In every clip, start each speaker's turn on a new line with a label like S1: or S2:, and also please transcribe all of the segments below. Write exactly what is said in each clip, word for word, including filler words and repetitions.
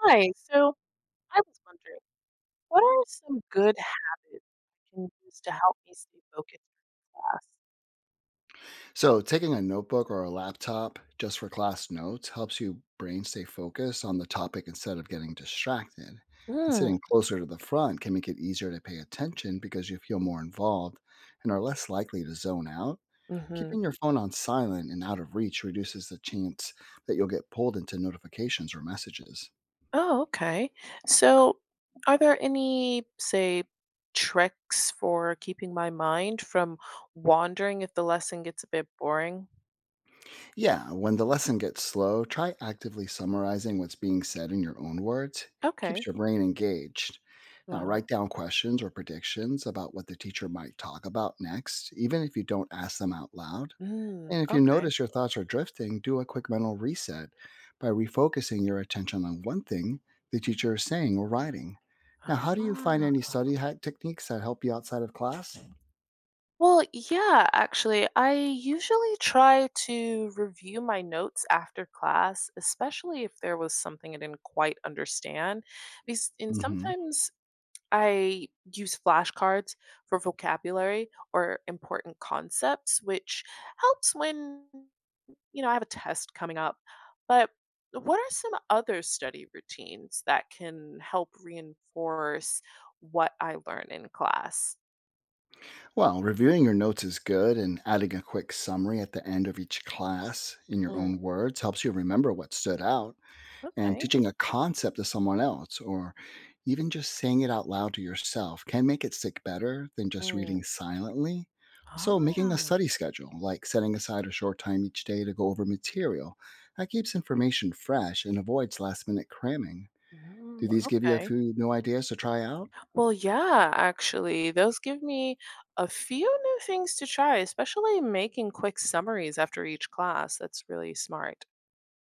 S1: Hi, so I was wondering, what are some good habits I can use to help me stay focused in class?
S2: So, taking a notebook or a laptop just for class notes helps your brain stay focused on the topic instead of getting distracted. And
S1: Mm,
S2: sitting closer to the front can make it easier to pay attention because you feel more involved and are less likely to zone out.
S1: hmm, mm-hmm.
S2: Keeping your phone on silent and out of reach reduces the chance that you'll get pulled into notifications or messages.
S1: Oh, okay. So, are there any, say, tricks for keeping my mind from wandering if the lesson gets a bit boring?
S2: Yeah, when the lesson gets slow, try actively summarizing what's being said in your own words. Keeps
S1: Okay.
S2: your brain engaged. Now,
S1: Wow.
S2: write down questions or predictions about what the teacher might talk about next, even if you don't ask them out loud.
S1: Mm,
S2: And if you
S1: okay.
S2: notice your thoughts are drifting, do a quick mental reset by refocusing your attention on one thing the teacher is saying or writing. Now, how do you find
S1: Ah.
S2: any study hack techniques that help you outside of class?
S1: Well, yeah, actually, I usually try to review my notes after class, especially if there was something I didn't quite understand. Because, and
S2: hmm
S1: sometimes I use flashcards for vocabulary or important concepts, which helps when, you know, I have a test coming up. But what are some other study routines that can help reinforce what I learn in class?
S2: Well, reviewing your notes is good, and adding a quick summary at the end of each class in your
S1: Mm,
S2: own words helps you remember what stood out. And
S1: okay.
S2: teaching a concept to someone else, or even just saying it out loud to yourself, can make it stick better than just reading silently. Also, making a
S1: Ah,
S2: study schedule, like setting aside a short time each day to go over material, that keeps information fresh and avoids last minute cramming.
S1: mm,
S2: Do these give you a
S1: okay.
S2: few new ideas to try out?
S1: Well, yeah, actually, those give me a few new things to try, especially making quick summaries after each class. That's really smart.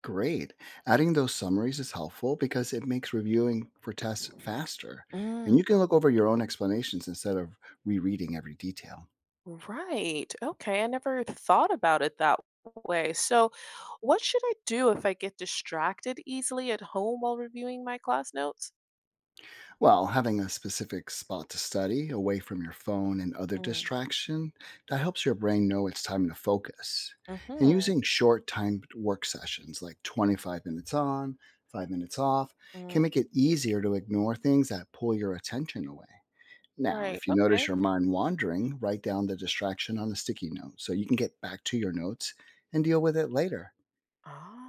S2: Great. Adding those summaries is helpful because it makes reviewing for tests faster, and
S1: Mm,
S2: you can look over your own explanations instead of rereading every detail.
S1: right. Okay. I never thought about it that way. So, what should I do if I get distracted easily at home while reviewing my class notes?
S2: Well, having a specific spot to study away from your phone and other
S1: Mm,
S2: distraction, that helps your brain know it's time to focus. And
S1: mm-hmm.
S2: using short timed work sessions like twenty-five minutes on, five minutes off can
S1: Mm,
S2: make it easier to ignore things that pull your attention away. Now,
S1: right.
S2: if you
S1: Okay.
S2: notice your mind wandering, write down the distraction on a sticky note so you can get back to your notes and deal with it later.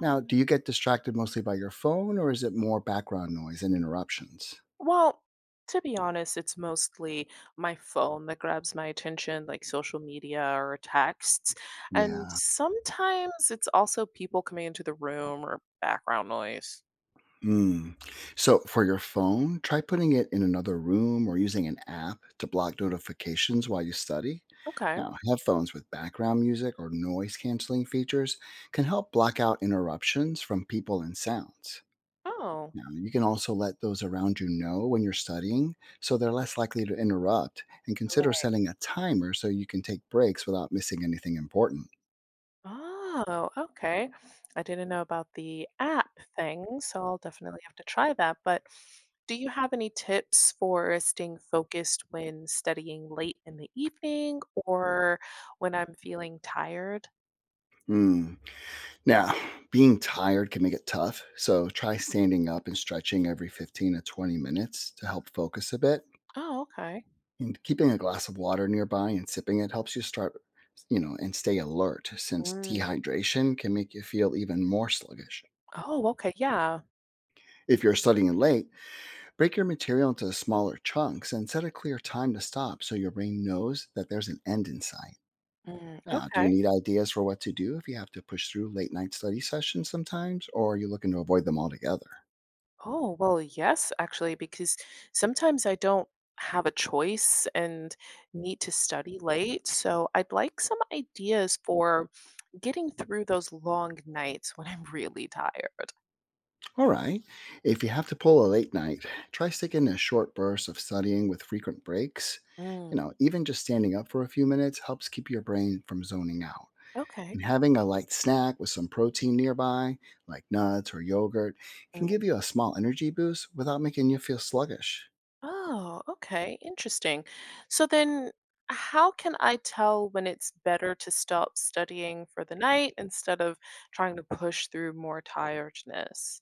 S2: Now, do you get distracted mostly by your phone or is it more background noise and interruptions?
S1: Well, to be honest, it's mostly my phone that grabs my attention, like social media or texts. And
S2: Yeah.
S1: sometimes it's also people coming into the room or background noise.
S2: Hmm. So, for your phone, try putting it in another room or using an app to block
S1: Mm,
S2: notifications while you study.
S1: okay.
S2: Now, headphones with background music or noise canceling features can help block out interruptions from people and sounds.
S1: Oh.
S2: Yeah, you can also let those around you know when you're studying so they're less likely to interrupt and
S1: All
S2: consider
S1: right.
S2: setting a timer so you can take breaks without missing anything important.
S1: Oh, okay. I didn't know about the app thing, so I'll definitely have to try that. But do you have any tips for staying focused when studying late in the evening or when I'm feeling tired?
S2: Mm. Now, being tired can make it tough, so try standing up and stretching every fifteen to twenty minutes to help focus a bit.
S1: Oh, okay.
S2: And keeping a glass of water nearby and sipping it, helps you start, you know, and stay alert since
S1: Mm.
S2: dehydration can make you feel even more sluggish.
S1: Oh, okay. Yeah.
S2: If you're studying late, break your material into smaller chunks and set a clear time to stop so your brain knows that there's an end in sight.
S1: Mm,
S2: Now, do
S1: okay.
S2: you need ideas for what to do if you have to push through late night study sessions sometimes, or are you looking to avoid them altogether?
S1: Oh, well, yes, actually, because sometimes I don't have a choice and need to study late. So I'd like some ideas for getting through those long nights when I'm really tired.
S2: All right, if you have to pull a late night, try sticking to short bursts of studying with frequent breaks. You
S1: Mm,
S2: know, even just standing up for a few minutes helps keep your brain from zoning out.
S1: okay.
S2: And having a light snack with some protein nearby, like nuts or yogurt, can give
S1: Mm.
S2: you a small energy boost without making you feel sluggish.
S1: Oh, okay. Interesting. So then, how can I tell when it's better to stop studying for the night instead of trying to push through more tiredness?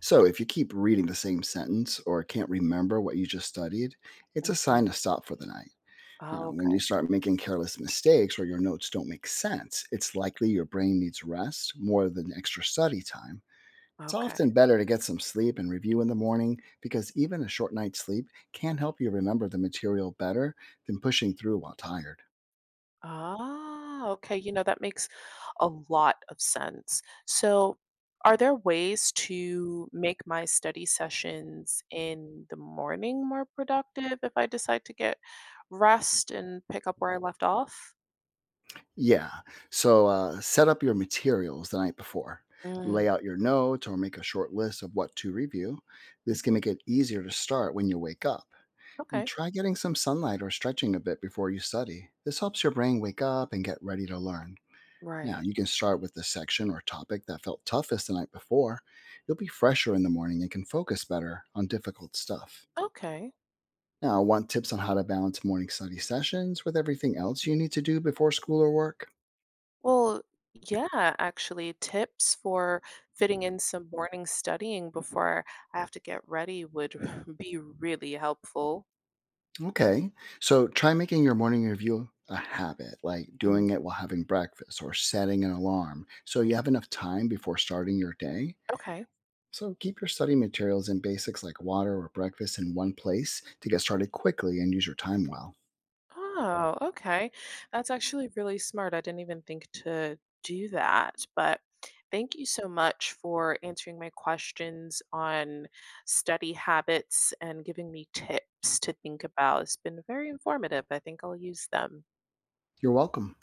S2: So, if you keep reading the same sentence or can't remember what you just studied, it's a
S1: Mhm.
S2: sign to stop for the night.
S1: Oh,
S2: Now, when
S1: okay,
S2: you start making careless mistakes or your notes don't make sense, it's likely your brain needs rest more than extra study time. It's
S1: okay.
S2: often better to get some sleep and review in the morning because even a short night's sleep can help you remember the material better than pushing through while tired.
S1: Ah, okay, you know, that makes a lot of sense. So, are there ways to make my study sessions in the morning more productive if I decide to get rest and pick up where I left off?
S2: Yeah. So uh, set up your materials the night before.
S1: Mm,
S2: Lay out your notes or make a short list of what to review. This can
S1: mhm.
S2: make it easier to start when you wake up. And
S1: Okay,
S2: try getting some sunlight or stretching a bit before you study. This helps your brain wake up and get ready to learn. Now,
S1: right.
S2: you can start with the section or topic that felt toughest the night before. You'll be fresher in the morning and can focus better on difficult stuff.
S1: Okay.
S2: Now, want tips on how to balance morning study sessions with everything else you need to do before school or work?
S1: Well, yeah, actually, tips for fitting in some morning studying before I have to get ready would be really helpful.
S2: Okay. So try making your morning review a habit, like doing it while having breakfast or setting an alarm so you have enough time before starting your day.
S1: Okay.
S2: So keep your study materials and basics like water or breakfast in one place to get started quickly and use your time well.
S1: Oh, okay. That's actually really smart. I didn't even think to do that. But thank you so much for answering my questions on study habits and giving me tips to think about. It's been very informative. I think I'll use them.
S2: You're welcome.